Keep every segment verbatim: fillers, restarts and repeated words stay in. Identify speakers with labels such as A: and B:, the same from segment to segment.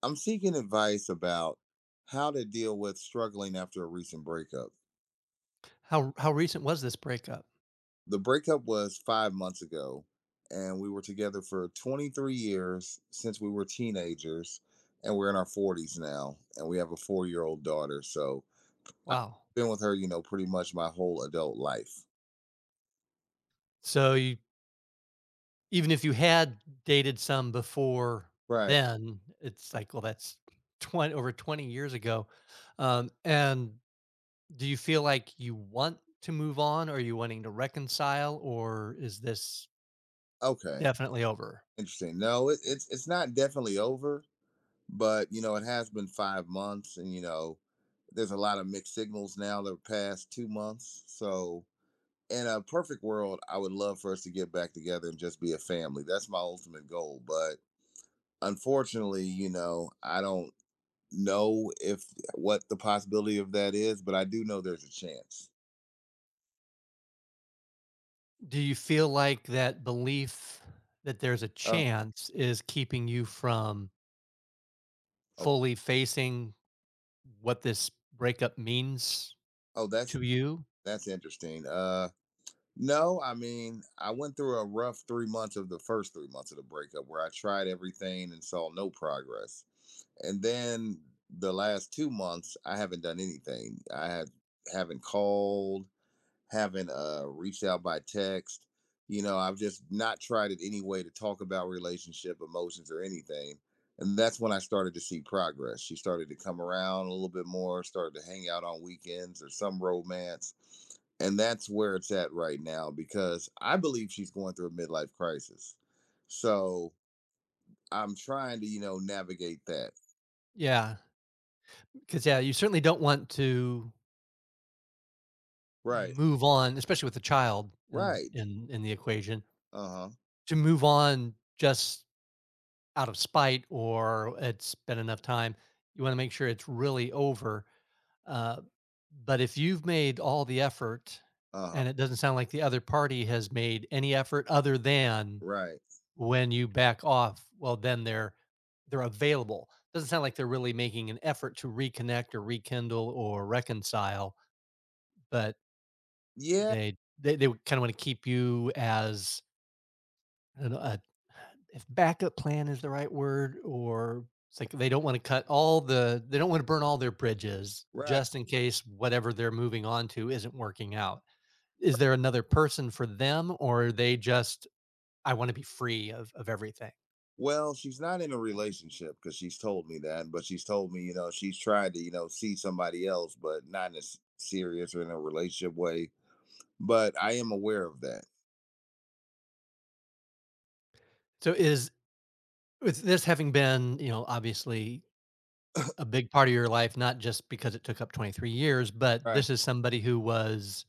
A: I'm seeking advice about how to deal with struggling after a recent breakup.
B: How how recent was this breakup?
A: The breakup was five months ago, and we were together for twenty-three years since we were teenagers, and we're in our forties now, and we have a four year old daughter. So I've
B: Wow.
A: been with her, you know, pretty much my whole adult life.
B: So you even if you had dated some before
A: Right.
B: then, it's like, well, that's twenty over twenty years ago. Um, and do you feel like you want to move on? Are you wanting to reconcile or is this
A: Okay.
B: definitely over?
A: Interesting. No, it, it's it's not definitely over, but you know, it has been five months, and you know, there's a lot of mixed signals now the past two months. So in a perfect world, I would love for us to get back together and just be a family. That's my ultimate goal. But unfortunately, you know, I don't know if what the possibility of that is, but I do know there's a chance.
B: Do you feel like that belief that there's a
A: Uh,
B: chance is keeping you from fully facing what this breakup means
A: oh, that's
B: to you?
A: that's interesting. Uh, no, I mean, I went through a rough three months of the first three months of the breakup where I tried everything and saw no progress, and then the last two months I haven't done anything. I had Haven't called, haven't uh reached out by text. you know I've just not tried it any way to talk about relationship emotions or anything, and that's when I started to see progress. She started to come around a little bit more, started to hang out on weekends or some romance, and that's where it's at right now because I believe she's going through a midlife crisis. So I'm trying to you know navigate that.
B: Yeah. Because yeah, you certainly don't want to
A: Right.
B: move on, especially with a child in
A: Right.
B: in in the equation,
A: Uh-huh.
B: to move on just out of spite or it's been enough time. You want to make sure it's really over. Uh, but if you've made all the effort, and
A: Uh-huh.
B: it doesn't sound like the other party has made any effort other than
A: Right.
B: when you back off, well, then they're they're available. Doesn't sound like they're really making an effort to reconnect or rekindle or reconcile, but
A: Yeah.
B: They they they kinda wanna keep you as an a if backup plan is the right word, or it's like they don't wanna cut all the they don't wanna burn all their bridges
A: Right.
B: just in case whatever they're moving on to isn't working out. Is there another person for them, or are they just, "I wanna be free of of everything?"
A: Well, she's not in a relationship because she's told me that, but she's told me, you know, she's tried to, you know, see somebody else, but not in a s- serious or in a relationship way. But I am aware of that.
B: So is with this having been, you know, obviously a big part of your life, not just because it took up twenty-three years, but
A: Right.
B: this is somebody who was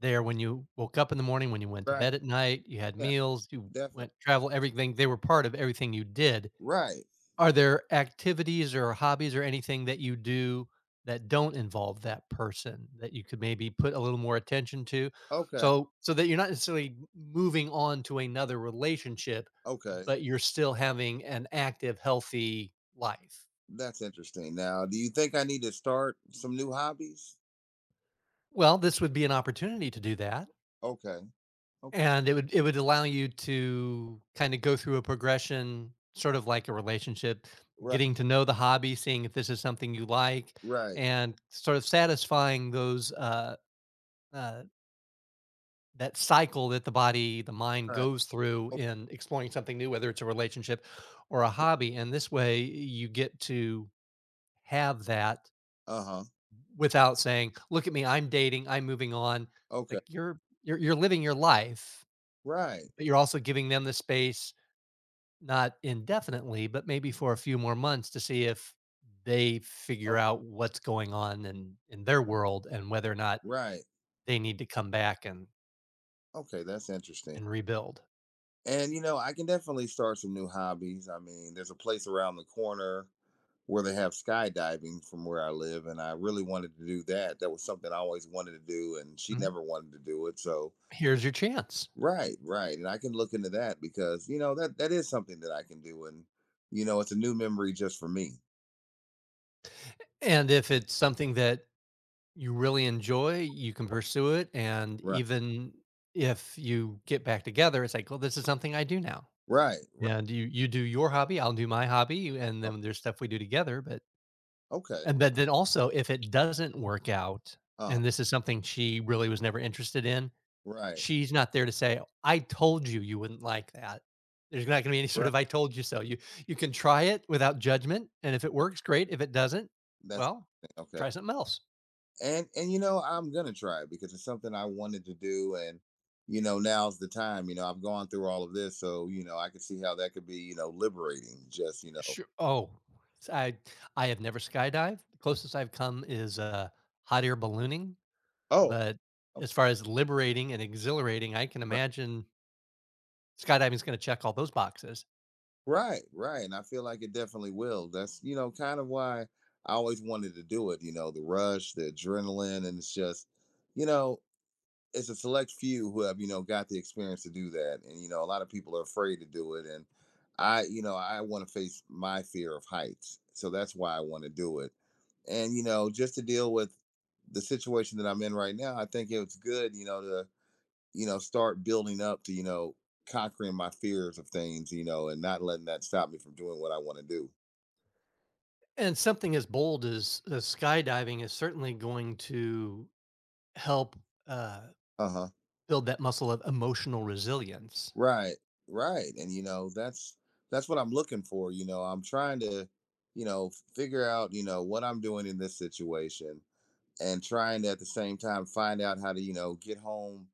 B: there when you woke up in the morning, when you went to
A: Right.
B: bed at night, you had
A: Yeah,
B: meals, you
A: definitely.
B: went travel, everything. They were part of everything you did.
A: Right.
B: Are there activities or hobbies or anything that you do that don't involve that person that you could maybe put a little more attention to?
A: Okay.
B: So so that you're not necessarily moving on to another relationship,
A: Okay.
B: but you're still having an active, healthy life.
A: That's interesting. Now, do you think I need to start some new hobbies?
B: Well, this would be an opportunity to do that.
A: Okay. Okay.
B: And it would it would allow you to kinda go through a progression, sort of like a relationship,
A: Right.
B: getting to know the hobby, seeing if this is something you like,
A: Right.
B: and sort of satisfying those, uh, uh, that cycle that the body, the mind
A: Right.
B: goes through in exploring something new, whether it's a relationship or a hobby, and this way, you get to have that
A: Uh huh.
B: without saying, "Look at me, I'm dating, I'm moving on."
A: Okay.
B: Like, you're you're you're living your life,
A: Right.
B: but you're also giving them the space. Not indefinitely, but maybe for a few more months to see if they
A: Oh,
B: figure out what's going on in in their world and whether or not
A: right.
B: they need to come back and
A: Okay. That's interesting.
B: and rebuild.
A: And you know, I can definitely start some new hobbies. I mean, there's a place around the corner where they have skydiving from where I live, and I really wanted to do that. That was something I always wanted to do, and she
B: Mhm.
A: never wanted to do it. So,
B: Here's your chance.
A: right, right, and I can look into that because you know that that is something that I can do, and you know, it's a new memory just for me.
B: And if it's something that you really enjoy, you can pursue it, and
A: Right,
B: even if you get back together, it's like, "Well, this is something I do now."
A: right, right.
B: And you you do your hobby, I'll do my hobby, and then there's stuff we do together. But
A: Okay.
B: and but then also, if it doesn't work out,
A: Uh huh.
B: and this is something she really was never interested in,
A: Right,
B: she's not there to say, "I told you you wouldn't like that." There's not gonna be any sort
A: right.
B: of "I told you so." You you can try it without judgment, and if it works, great. If it doesn't,
A: That's
B: well,
A: okay.
B: try something else.
A: and and you know I'm gonna try it because it's something I wanted to do. And you know now's the time. you know I've gone through all of this, so you know I can see how that could be, you know liberating just you know
B: Sure. Oh, s I I have never skydived. The closest I've come is, uh, hot air ballooning,
A: Oh.
B: but
A: Oh,
B: as far as liberating and exhilarating, I can
A: right,
B: imagine skydiving is gonna check all those boxes.
A: right, right. And I feel like it definitely will. That's you know kind of why I always wanted to do it. You know the rush, the adrenaline. And it's just you know it's a select few who have you know got the experience to do that, and you know a lot of people are afraid to do it. And I you know I want to face my fear of heights, so that's why I want to do it. And you know just to deal with the situation that I'm in right now, I think it's good, you know to you know start building up to you know conquering my fears of things, you know and not letting that stop me from doing what I want to do.
B: And something as bold as, as skydiving is certainly going to help, uh,
A: Uh-huh.
B: build that muscle of emotional resilience.
A: Right, right, and, you know, that's that's what I'm looking for. you know, I'm trying to, you know, f figure out, you know, what I'm doing in this situation, and trying to, at the same time, find out how to, you know, get home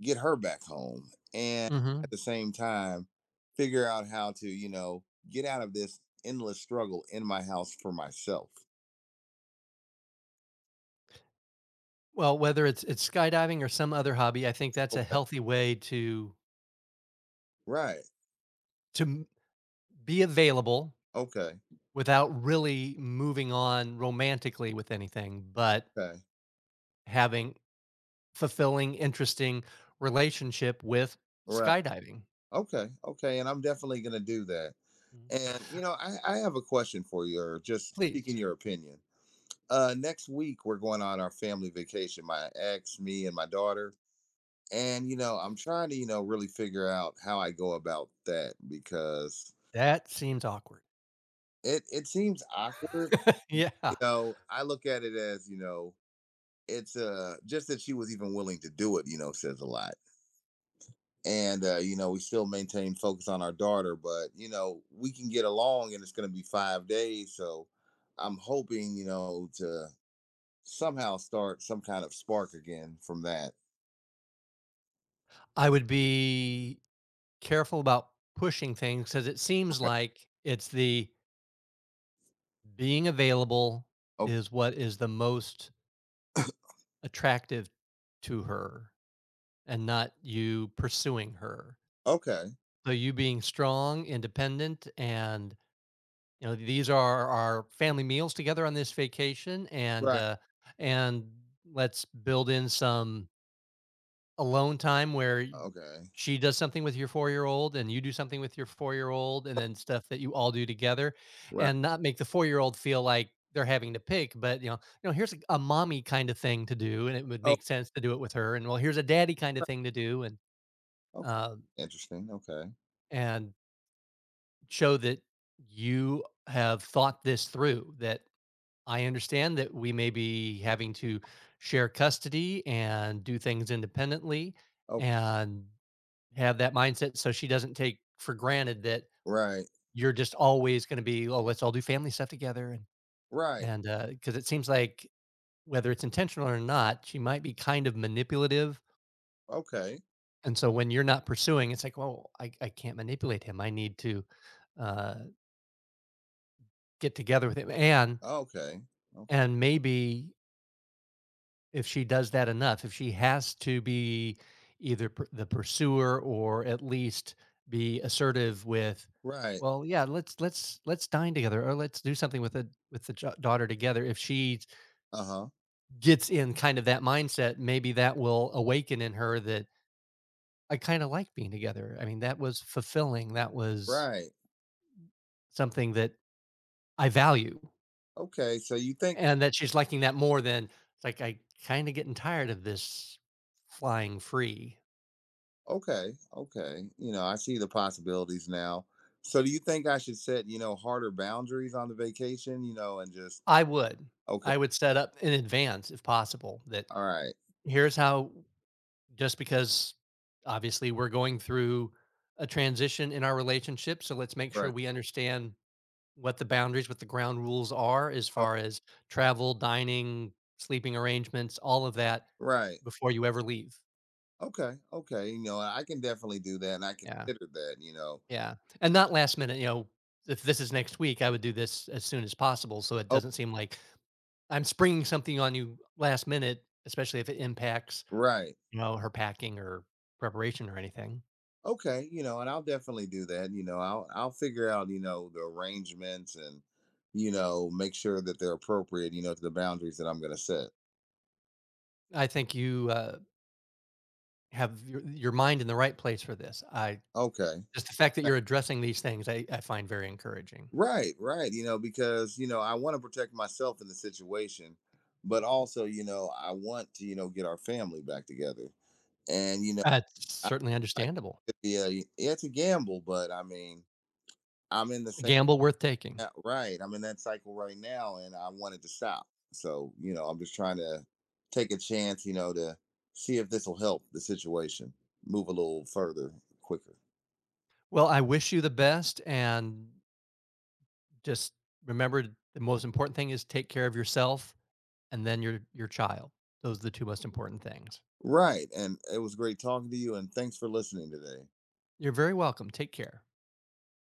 A: get her back home, and at
B: Hmm.
A: the same time, figure out how to, you know, get out of this endless struggle in my house for myself.
B: Well, whether it's it's skydiving or some other hobby, I think that's a healthy way to
A: Right,
B: to m- be available
A: okay,
B: without really moving on romantically with anything, but
A: okay,
B: having fulfilling, interesting relationship with
A: right,
B: skydiving.
A: okay, okay, and I'm definitely gonna do that.
B: Mhm.
A: And you know, I, I have a question for you, or just
B: Please.
A: seeking your opinion. Uh, next week we're going on our family vacation. My ex, me, and my daughter. And you know, I'm trying to you know really figure out how I go about that because
B: That seems awkward.
A: it it seems awkward.
B: Yeah,
A: You know, I look at it as, you know, it's uh just that she was even willing to do it. You know, says a lot. And uh, you know, we still maintain focus on our daughter, but you know, we can get along, and it's going to be five days, so. I'm hoping, you know, to somehow start some kind of spark again from that.
B: I would be careful about pushing things because it seems
A: Okay.
B: like it's the being available
A: Okay.
B: is what is the most attractive to her and not you pursuing her.
A: Okay.
B: So you being strong, independent, and you know these are our family meals together on this vacation, and
A: Right.
B: uh, and let's build in some alone time where
A: Okay.
B: she does something with your four-year-old, and you do something with your four-year-old, and then stuff that you all do together,
A: Right.
B: and not make the four-year-old feel like they're having to pick, but, you know, you know, here's a a mommy kinda thing to do, and it would
A: Oh.
B: make sense to do it with her, and, well, here's a daddy kinda
A: Right.
B: thing to do, and,
A: Okay.
B: uh,
A: Interesting. Okay.
B: and show that you have thought this through, that I understand that we may be having to share custody and do things independently,
A: Okay.
B: and have that mindset so she doesn't take for granted that
A: Right.
B: you're just always gonna be, "Oh, let's all do family stuff together," and
A: Right.
B: and, uh, because it seems like whether it's intentional or not, she might be kind of manipulative,
A: Okay.
B: and so when you're not pursuing, it's like, "Well, I I can't manipulate him, I need to, uh, get together with him," and
A: Okay. Okay.
B: and maybe if she does that enough, if she has to be either p the pursuer or at least be assertive with,
A: Right.
B: "Well, yeah, let's let's let's dine together or let's do something with the with the jo daughter together." If she
A: Uh huh.
B: gets in kind of that mindset, maybe that will awaken in her that, "I kinda like being together." I mean, that was fulfilling, that was
A: Right.
B: something that I value,
A: Okay. So you think?
B: and that she's liking that more than, it's like, "I kinda getting tired of this flying free."
A: Okay. Okay. You know, I see the possibilities now. So do you think I should set you know harder boundaries on the vacation? You know, and just.
B: I would.
A: Okay.
B: I would set up in advance if possible that
A: All right.
B: here's how just because obviously we're going through a transition in our relationship, so let's make sure
A: Right.
B: we understand what the boundaries, what the ground rules are as
A: Oh,
B: far as travel, dining, sleeping arrangements, all of that
A: right.
B: before you ever leave.
A: Okay, okay, you know, I can definitely do that, and I
B: Yeah.
A: consider that, you know.
B: Yeah. And not last minute, you know, if this is next week, I would do this as soon as possible so it
A: Oh,
B: doesn't seem like I'm springing something on you last minute, especially if it impacts,
A: right.
B: you know, her packing or preparation or anything.
A: Okay, you know, and I'll definitely do that, you know. I'll I'll figure out, you know, the arrangements and, you know, make sure that they're appropriate, you know, to the boundaries that I'm going to set.
B: I think you, uh, have your your mind in the right place for this. I
A: Okay.
B: just the fact that you're addressing these things, I I find very encouraging.
A: Right, right, you know, because, you know, I want to protect myself in the situation, but also, you know, I want to, you know, get our family back together. And, you know,
B: That's
A: I,
B: certainly
A: I
B: understandable.
A: yeah, it's a gamble, but I mean, I'm in the
B: A
A: same.
B: gamble worth taking.
A: Yeah, right. I'm in that cycle right now and I wanted to stop. So, you know, I'm just trying to take a chance, you know, to see if this will help the situation move a little further quicker.
B: Well, I wish you the best, and just remember the most important thing is take care of yourself and then your your child. Those are the two most important things.
A: Right. And it was great talking to you and thanks for listening today.
B: You're very welcome. Take care.